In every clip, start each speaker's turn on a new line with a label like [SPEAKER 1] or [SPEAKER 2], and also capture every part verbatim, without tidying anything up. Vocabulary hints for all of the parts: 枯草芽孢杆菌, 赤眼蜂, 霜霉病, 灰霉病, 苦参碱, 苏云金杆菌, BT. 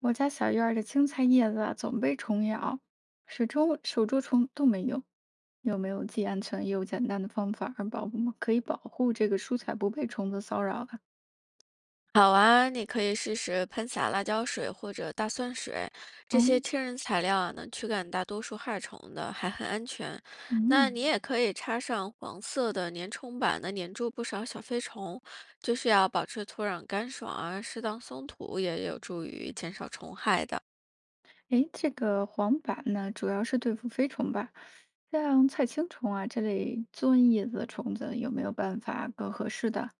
[SPEAKER 1] 我家小院儿的青菜叶子啊，总被虫咬，始终手捉虫都没用。有没有既安全又简单的方法儿保护可以保护这个蔬菜不被虫子骚扰啊？
[SPEAKER 2] 好啊，你可以试试喷洒辣椒水或者大蒜水，
[SPEAKER 1] 哦。
[SPEAKER 2] 这些天然材料啊，能驱赶大多数害虫的，还很安全。那
[SPEAKER 1] 嗯。
[SPEAKER 2] 你也可以插上黄色的粘虫板，能粘住不少小飞虫。就是要保持土壤干爽啊，适当松土也有助于减少虫害的。
[SPEAKER 1] 诶，这个黄板呢，主要是对付飞虫吧，像菜青虫啊这类钻叶子的虫子，有没有办法更合适的？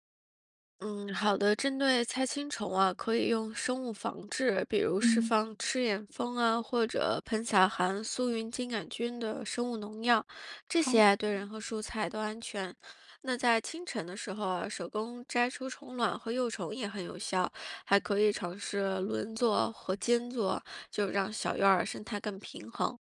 [SPEAKER 2] 嗯，好的。针对菜青虫啊，可以用生物防治，比如释
[SPEAKER 1] 嗯。
[SPEAKER 2] 放赤眼蜂啊，或者喷洒含苏云金杆菌的生物农药，这些
[SPEAKER 1] 好。
[SPEAKER 2] 啊对人和蔬菜都安全。那在清晨的时候啊，手工摘出虫卵和幼虫也很有效，还可以尝试轮作和间作，就让小院儿生态更平衡。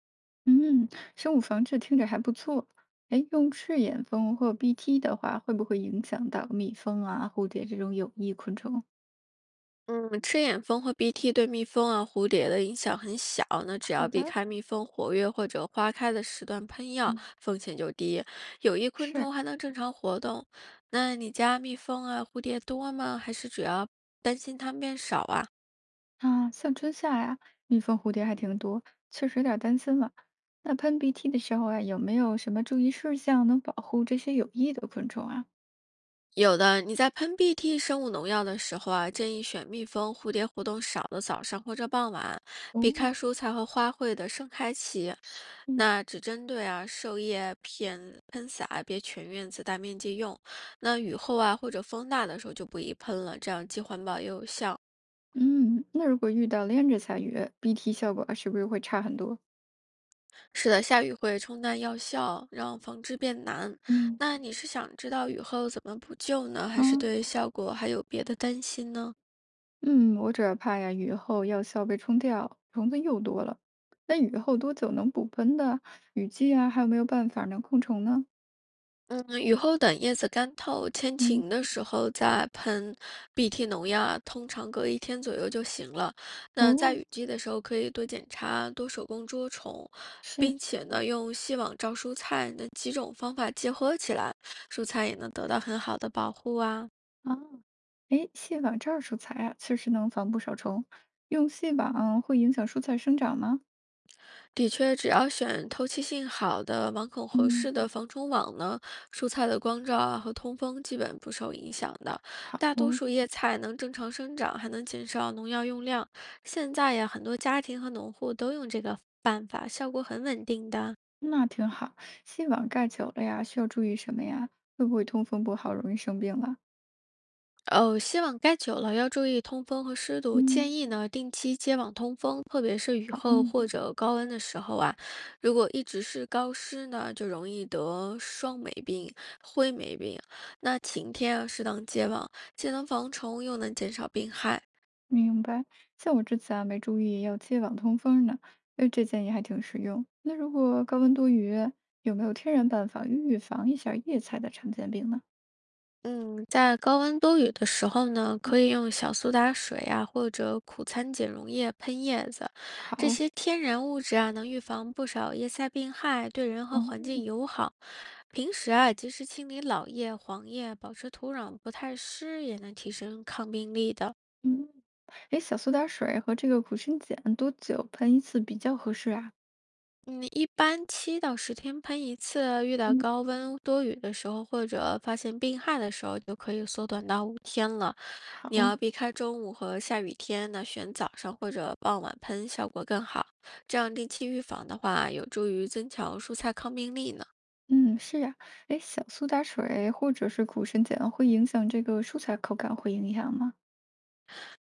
[SPEAKER 1] 嗯，生物防治听着还不错。哎，用赤眼蜂或 B T 的话，会不会影响到蜜蜂啊、蝴蝶这种有益昆虫？
[SPEAKER 2] 嗯，吃眼蜂和鼻涕对蜜蜂啊、蝴蝶的影响很小，那只
[SPEAKER 1] 好
[SPEAKER 2] 要避
[SPEAKER 1] 的。
[SPEAKER 2] 开蜜蜂活跃或者花开的时段喷药，
[SPEAKER 1] 嗯。
[SPEAKER 2] 风险就低。有益昆
[SPEAKER 1] 是
[SPEAKER 2] 虫还能正常活动。那你家蜜蜂啊、蝴蝶多吗？还是主要担心它们变少啊？
[SPEAKER 1] 啊，像春夏呀、蜜蜂、蝴蝶还挺多，确实有点儿担心了。那喷 B T 的时候啊，有没有什么注意事项能保护这些有益的昆虫啊？
[SPEAKER 2] 有的，你在喷 B T 生物农药的时候啊，建议选蜜蜂、蝴蝶活动少的早上或者傍晚，
[SPEAKER 1] 哦。
[SPEAKER 2] 避开蔬菜和花卉的盛开期。
[SPEAKER 1] 嗯。
[SPEAKER 2] 那只针对啊受叶片喷洒，别全院子大面积用。那雨后啊或者风大的时候就不宜喷了，这样既环保又有效。
[SPEAKER 1] 嗯，那如果遇到连着下雨，B T 效果是不是会差很多？
[SPEAKER 2] 是的，下雨会冲淡药效，让防治变难。
[SPEAKER 1] 嗯。
[SPEAKER 2] 那你是想知道雨后怎么补救呢，还是
[SPEAKER 1] 嗯。
[SPEAKER 2] 对效果还有别的担心呢？
[SPEAKER 1] 嗯，我主要怕呀，雨后药效被冲掉，虫子又多了。那雨后多久能补喷的？雨季啊，还有没有办法能控虫呢？
[SPEAKER 2] 嗯，雨后等叶子干透，天
[SPEAKER 1] 嗯。
[SPEAKER 2] 晴的时候再喷 B T 农药啊通常隔一天左右就行了。那在
[SPEAKER 1] 哦。
[SPEAKER 2] 雨季的时候，可以多检查、多手工捉虫，
[SPEAKER 1] 是。
[SPEAKER 2] 并且呢，用细网罩蔬菜，那几种方法结合起来，蔬菜也能得到很好的保护啊。
[SPEAKER 1] 啊。哎，细网罩蔬菜啊，确实能防不少虫。用细网会影响蔬菜生长吗？
[SPEAKER 2] 的确，只要选透气性好的、网孔合
[SPEAKER 1] 嗯。
[SPEAKER 2] 适的防虫网呢，蔬菜的光照啊和通风基本不受影响的。
[SPEAKER 1] 好。
[SPEAKER 2] 大多
[SPEAKER 1] 哦。
[SPEAKER 2] 数叶菜能正常生长，还能减少农药用量。现在呀，很多家庭和农户都用这个办法，效果很稳定的。
[SPEAKER 1] 那挺好。细网盖久了呀，需要注意什么呀？会不会通风不好，容易生病了？
[SPEAKER 2] 哦，吸网盖久了要注意通风和湿度，建
[SPEAKER 1] 嗯。
[SPEAKER 2] 议呢定期接网通风，特别是雨
[SPEAKER 1] 好。
[SPEAKER 2] 后或者高温的时候啊。如果一直是高湿呢，就容易得霜霉病、灰霉病。那晴天啊，适当接网，既能防虫又能减少病害。
[SPEAKER 1] 明白，像我之前啊没注意要接网通风呢，哎，这建议还挺实用。那如果高温多雨，有没有天然办法预防一下叶菜的常见病呢？
[SPEAKER 2] 嗯，在高温多雨的时候呢，可以用小苏打水啊，或者苦参碱溶液喷叶子，这
[SPEAKER 1] 好。
[SPEAKER 2] 些天然物质啊，能预防不少叶塞病害，对人和环境
[SPEAKER 1] 嗯
[SPEAKER 2] 友好。平时啊，及时清理老叶、黄叶，保持土壤不太湿，也能提升抗病力的。
[SPEAKER 1] 嗯，哎，小苏打水和这个苦参碱多久喷一次比较合适啊？
[SPEAKER 2] 嗯，一般七到十天喷一次，遇到
[SPEAKER 1] 嗯。
[SPEAKER 2] 高温多雨的时候，或者发现病害的时候，就可以缩短到五天了。你
[SPEAKER 1] 好。
[SPEAKER 2] 要避开中午和下雨天，那选早上或者傍晚喷效果更好。这样定期预防的话，有助于增强蔬菜抗病力呢。
[SPEAKER 1] 嗯，是呀，哎，小苏打水或者是苦参碱会影响这个蔬菜口感，会影响吗？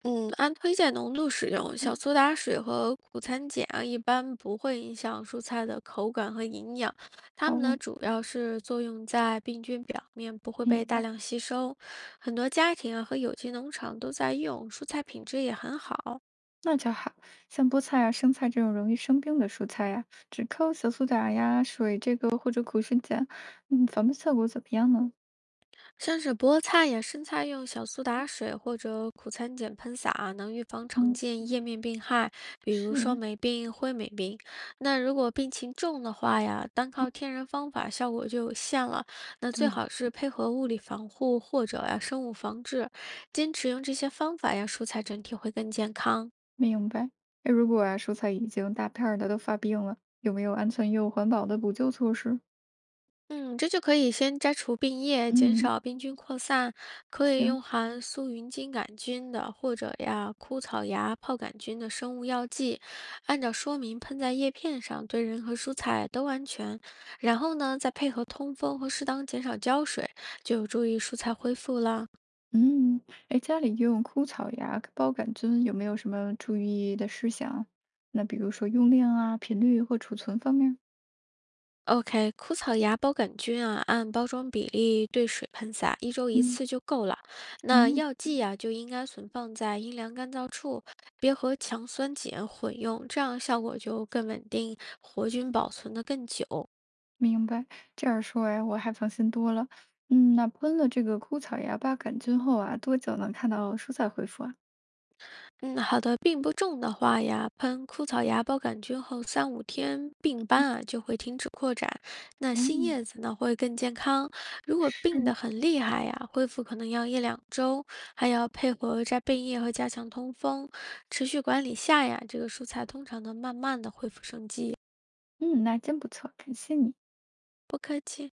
[SPEAKER 2] 嗯，按推荐浓度使用，
[SPEAKER 1] 嗯。
[SPEAKER 2] 小苏打水和苦参碱啊，一般不会影响蔬菜的口感和营养。它们呢，
[SPEAKER 1] 好。
[SPEAKER 2] 主要是作用在病菌表面，不会被
[SPEAKER 1] 明
[SPEAKER 2] 大
[SPEAKER 1] 白。
[SPEAKER 2] 量吸收。很多家庭啊和有机农场都在用，蔬菜品质也很好。
[SPEAKER 1] 那就好，像菠菜啊、生菜这种容易生病的蔬菜呀、只扣小苏打呀、水这个或者苦参碱，嗯，防病效果怎么样呢？
[SPEAKER 2] 像是菠菜呀、生菜，用小苏打水或者苦参碱喷洒啊，能预防常
[SPEAKER 1] 嗯。
[SPEAKER 2] 见叶面病害，比如说
[SPEAKER 1] 是。
[SPEAKER 2] 霉病、灰霉病。那如果病情重的话呀，单靠
[SPEAKER 1] 好。
[SPEAKER 2] 天然方法效果就有限了。那最
[SPEAKER 1] 对。
[SPEAKER 2] 好是配合物理防护或者呀生物防治，坚持用这些方法呀，蔬菜整体会更健康。
[SPEAKER 1] 明白。哎，如果啊蔬菜已经大片儿的都发病了，有没有安全又环保的补救措施？
[SPEAKER 2] 嗯，这就可以先摘除病叶，减
[SPEAKER 1] 嗯。
[SPEAKER 2] 少病菌扩散。可以
[SPEAKER 1] 行。
[SPEAKER 2] 用含苏云金杆菌的或者呀枯草芽泡杆菌的生物药剂，按照说明喷在叶片上，对人和蔬菜都安全。然后呢，再配合通风和适当减少浇水，就有助于蔬菜恢复了。
[SPEAKER 1] 嗯，哎，家里用枯草芽孢杆菌有没有什么注意的事项啊？那比如说用量啊、频率或储存方面儿？
[SPEAKER 2] OK，枯草芽孢杆菌啊，按包装比例兑水喷洒，一周一
[SPEAKER 1] 嗯。
[SPEAKER 2] 次就够了。那
[SPEAKER 1] 哦。
[SPEAKER 2] 药剂啊，就应该存放在阴凉干燥处，别和强酸碱混用，这样效果就更稳定，活菌保存的更久。
[SPEAKER 1] 明白，这样说呀，我还放心多了。嗯，那喷了这个枯草芽孢杆菌后啊，多久能看到蔬菜恢复啊？
[SPEAKER 2] 嗯，好的，病不重的话呀，喷枯草芽孢杆菌后三五天，病斑啊就会停止扩展，那
[SPEAKER 1] 哦。
[SPEAKER 2] 新叶子呢会更健康。如果病
[SPEAKER 1] 是。
[SPEAKER 2] 得很厉害呀，恢复可能要一两周，还要配合摘贝叶和加强通风，持续管理下呀，这个蔬菜通常能慢慢的恢复生机。
[SPEAKER 1] 嗯，那真不错，感谢你。
[SPEAKER 2] 不客气。